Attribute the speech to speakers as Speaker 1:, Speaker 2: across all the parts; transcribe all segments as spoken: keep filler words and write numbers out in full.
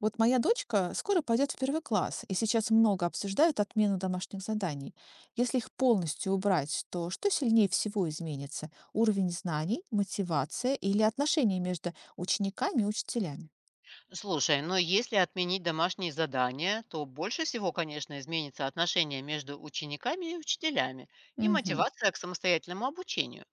Speaker 1: Вот моя дочка скоро пойдет в первый класс, и сейчас много обсуждают отмену домашних заданий. Если их полностью убрать, то что сильнее всего изменится? Уровень знаний, мотивация или отношения между учениками и учителями?
Speaker 2: Слушай, но если отменить домашние задания, то больше всего, конечно, изменится отношение между учениками и учителями и
Speaker 1: Мгм,
Speaker 2: мотивация к самостоятельному обучению.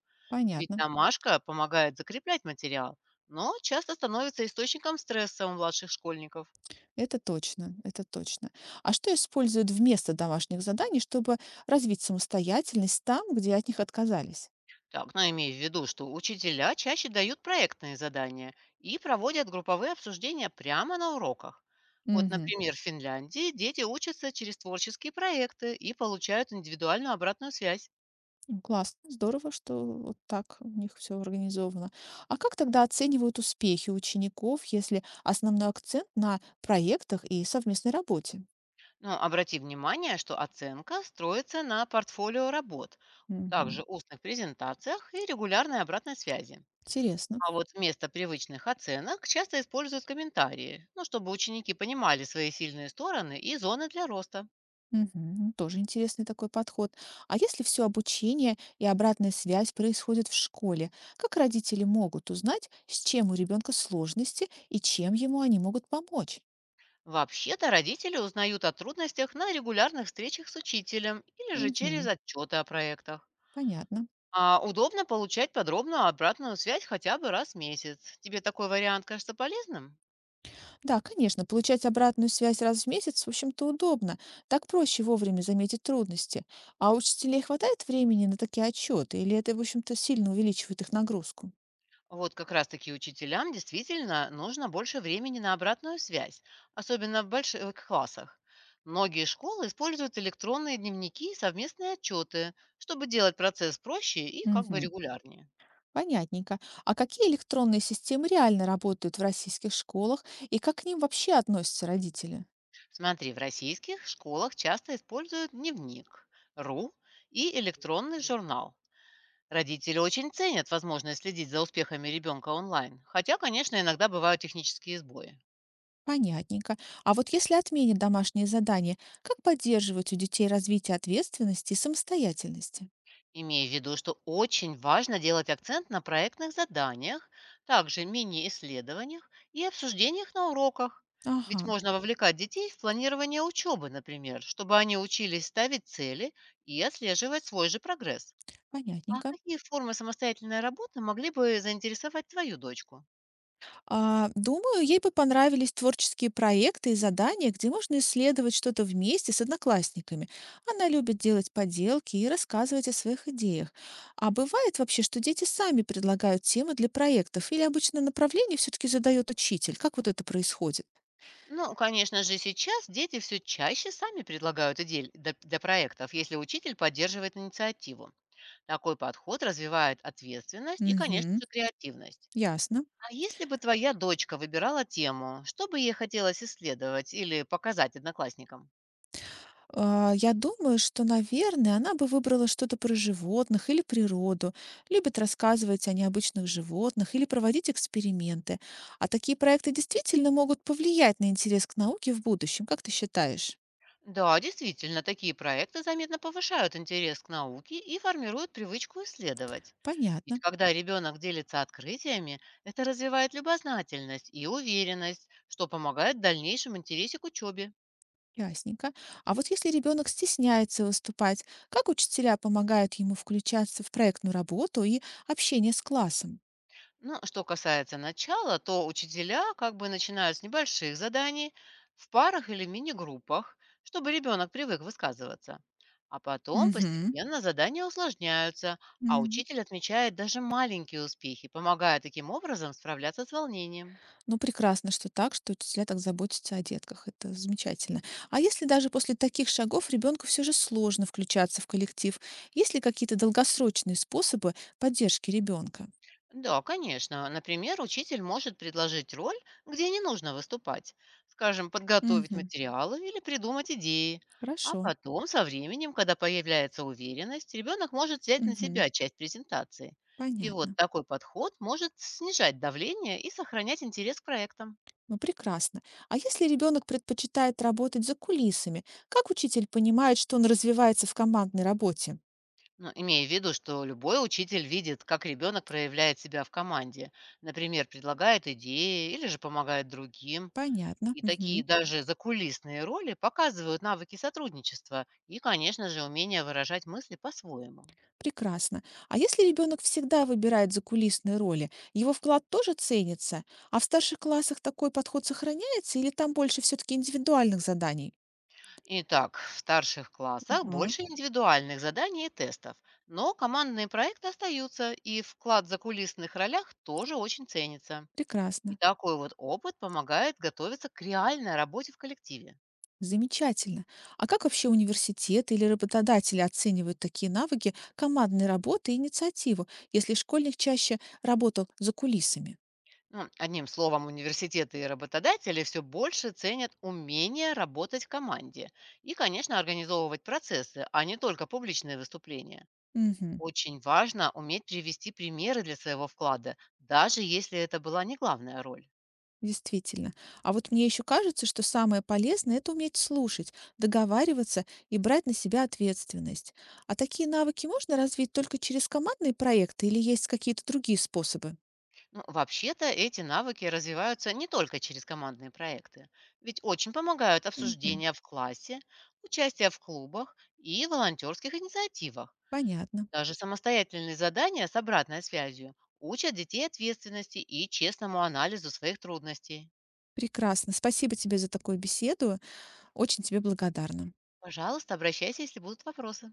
Speaker 2: Ведь
Speaker 1: понятно.
Speaker 2: домашка помогает закреплять материал, но часто становится источником стресса у младших школьников.
Speaker 1: Это точно, это точно. А что используют вместо домашних заданий, чтобы развить самостоятельность там, где от них отказались?
Speaker 2: Так, но имей в виду, что учителя чаще дают проектные задания и проводят групповые обсуждения прямо на уроках. Вот,
Speaker 1: Мгм.
Speaker 2: например, в Финляндии дети учатся через творческие проекты и получают индивидуальную обратную связь.
Speaker 1: Ну, классно, здорово, что вот так у них все организовано. А как тогда оценивают успехи учеников, если основной акцент на проектах и совместной работе?
Speaker 2: Но обрати внимание, что оценка строится на портфолио работ,
Speaker 1: Мгм.
Speaker 2: также устных презентациях и регулярной обратной связи.
Speaker 1: Интересно.
Speaker 2: А вот вместо привычных оценок часто используют комментарии, ну, чтобы ученики понимали свои сильные стороны и зоны для роста.
Speaker 1: Мгм. Ну, тоже интересный такой подход. А если все обучение и обратная связь происходит в школе, как родители могут узнать, с чем у ребенка сложности и чем ему они могут помочь?
Speaker 2: Вообще-то родители узнают о трудностях на регулярных встречах с учителем или же через
Speaker 1: Мгм.
Speaker 2: отчеты о проектах.
Speaker 1: Понятно.
Speaker 2: А удобно получать подробную обратную связь хотя бы раз в месяц. Тебе такой вариант кажется полезным?
Speaker 1: Да, конечно, получать обратную связь раз в месяц, в общем-то, удобно. Так проще вовремя заметить трудности. А у учителей хватает времени на такие отчеты, или это, в общем-то, сильно увеличивает их нагрузку?
Speaker 2: Вот как раз-таки учителям действительно нужно больше времени на обратную связь, особенно в больших классах. Многие школы используют электронные дневники и совместные отчеты, чтобы делать процесс проще и как бы
Speaker 1: Мгм.
Speaker 2: регулярнее.
Speaker 1: Понятненько. А какие электронные системы реально работают в российских школах и как к ним вообще относятся родители?
Speaker 2: Смотри, в российских школах часто используют дневник, РУ и электронный журнал. Родители очень ценят возможность следить за успехами ребенка онлайн, хотя, конечно, иногда бывают технические сбои.
Speaker 1: Понятненько. А вот если отменят домашние задания, как поддерживать у детей развитие ответственности и самостоятельности?
Speaker 2: Имея в виду, что очень важно делать акцент на проектных заданиях, также мини-исследованиях и обсуждениях на уроках.
Speaker 1: Ага,
Speaker 2: Ведь можно вовлекать детей в планирование учебы, например, чтобы они учились ставить цели и отслеживать свой же прогресс. А
Speaker 1: понятненько.
Speaker 2: какие формы самостоятельной работы могли бы заинтересовать твою дочку?
Speaker 1: А, думаю, ей бы понравились творческие проекты и задания, где можно исследовать что-то вместе с одноклассниками. Она любит делать поделки и рассказывать о своих идеях. А бывает вообще, что дети сами предлагают темы для проектов, или обычно направление все-таки задает учитель? Как вот это происходит?
Speaker 2: Ну, конечно же, сейчас дети все чаще сами предлагают идеи для для проектов, если учитель поддерживает инициативу. Такой подход развивает ответственность и, конечно
Speaker 1: Угу,
Speaker 2: же, креативность.
Speaker 1: ясно.
Speaker 2: А если бы твоя дочка выбирала тему, что бы ей хотелось исследовать или показать одноклассникам?
Speaker 1: А, я думаю, что, наверное, она бы выбрала что-то про животных или природу, любит рассказывать о необычных животных или проводить эксперименты. А такие проекты действительно могут повлиять на интерес к науке в будущем, как ты считаешь?
Speaker 2: Да, действительно, такие проекты заметно повышают интерес к науке и формируют привычку исследовать. Ведь
Speaker 1: Понятно.
Speaker 2: когда ребенок делится открытиями, это развивает любознательность и уверенность, что помогает в дальнейшем интересе к учебе.
Speaker 1: Ясненько. А вот если ребенок стесняется выступать, как учителя помогают ему включаться в проектную работу и общение с классом?
Speaker 2: Ну, что касается начала, то учителя как бы начинают с небольших заданий в парах или мини-группах, чтобы ребенок привык высказываться. А потом
Speaker 1: Угу.
Speaker 2: постепенно задания усложняются, а учитель отмечает даже маленькие успехи, помогая таким образом справляться с волнением.
Speaker 1: Ну, прекрасно, что так, что учителя так заботятся о детках. Это замечательно. А если даже после таких шагов ребенку все же сложно включаться в коллектив, есть ли какие-то долгосрочные способы поддержки ребенка?
Speaker 2: Да, конечно. Например, учитель может предложить роль, где не нужно выступать. Скажем, подготовить
Speaker 1: Мгм.
Speaker 2: материалы или придумать идеи. А
Speaker 1: Хорошо.
Speaker 2: потом, со временем, когда появляется уверенность, ребенок может взять на
Speaker 1: Мгм.
Speaker 2: себя часть презентации. И вот
Speaker 1: Понятно.
Speaker 2: такой подход может снижать давление и сохранять интерес к проектам.
Speaker 1: Ну, прекрасно. А если ребенок предпочитает работать за кулисами, как учитель понимает, что он развивается в командной работе?
Speaker 2: Ну, имея в виду, что любой учитель видит, как ребенок проявляет себя в команде. Например, предлагает идеи или же помогает другим.
Speaker 1: Понятно.
Speaker 2: И такие
Speaker 1: Мгм.
Speaker 2: даже закулисные роли показывают навыки сотрудничества и, конечно же, умение выражать мысли по-своему.
Speaker 1: Прекрасно. А если ребенок всегда выбирает закулисные роли, его вклад тоже ценится? А в старших классах такой подход сохраняется или там больше все-таки индивидуальных заданий?
Speaker 2: Итак, в старших классах
Speaker 1: Мгм.
Speaker 2: больше индивидуальных заданий и тестов, но командные проекты остаются, и вклад в закулисных ролях тоже очень ценится. И
Speaker 1: Прекрасно.
Speaker 2: такой вот опыт помогает готовиться к реальной работе в коллективе.
Speaker 1: Замечательно. А как вообще университеты или работодатели оценивают такие навыки командной работы и инициативу, если школьник чаще работал за кулисами?
Speaker 2: Ну, одним словом, университеты и работодатели все больше ценят умение работать в команде и, конечно, организовывать процессы, а не только публичные выступления.
Speaker 1: Мгм.
Speaker 2: Очень важно уметь привести примеры для своего вклада, даже если это была не главная роль.
Speaker 1: Действительно. А вот мне еще кажется, что самое полезное– это уметь слушать, договариваться и брать на себя ответственность. А такие навыки можно развить только через командные проекты или есть какие-то другие способы?
Speaker 2: Ну, вообще-то эти навыки развиваются не только через командные проекты, ведь очень помогают
Speaker 1: Мгм.
Speaker 2: обсуждения в классе, участие в клубах и волонтерских инициативах.
Speaker 1: Понятно.
Speaker 2: Даже самостоятельные задания с обратной связью учат детей ответственности и честному анализу своих трудностей.
Speaker 1: Прекрасно. Спасибо тебе за такую беседу. Очень тебе благодарна.
Speaker 2: Пожалуйста, обращайся, если будут вопросы.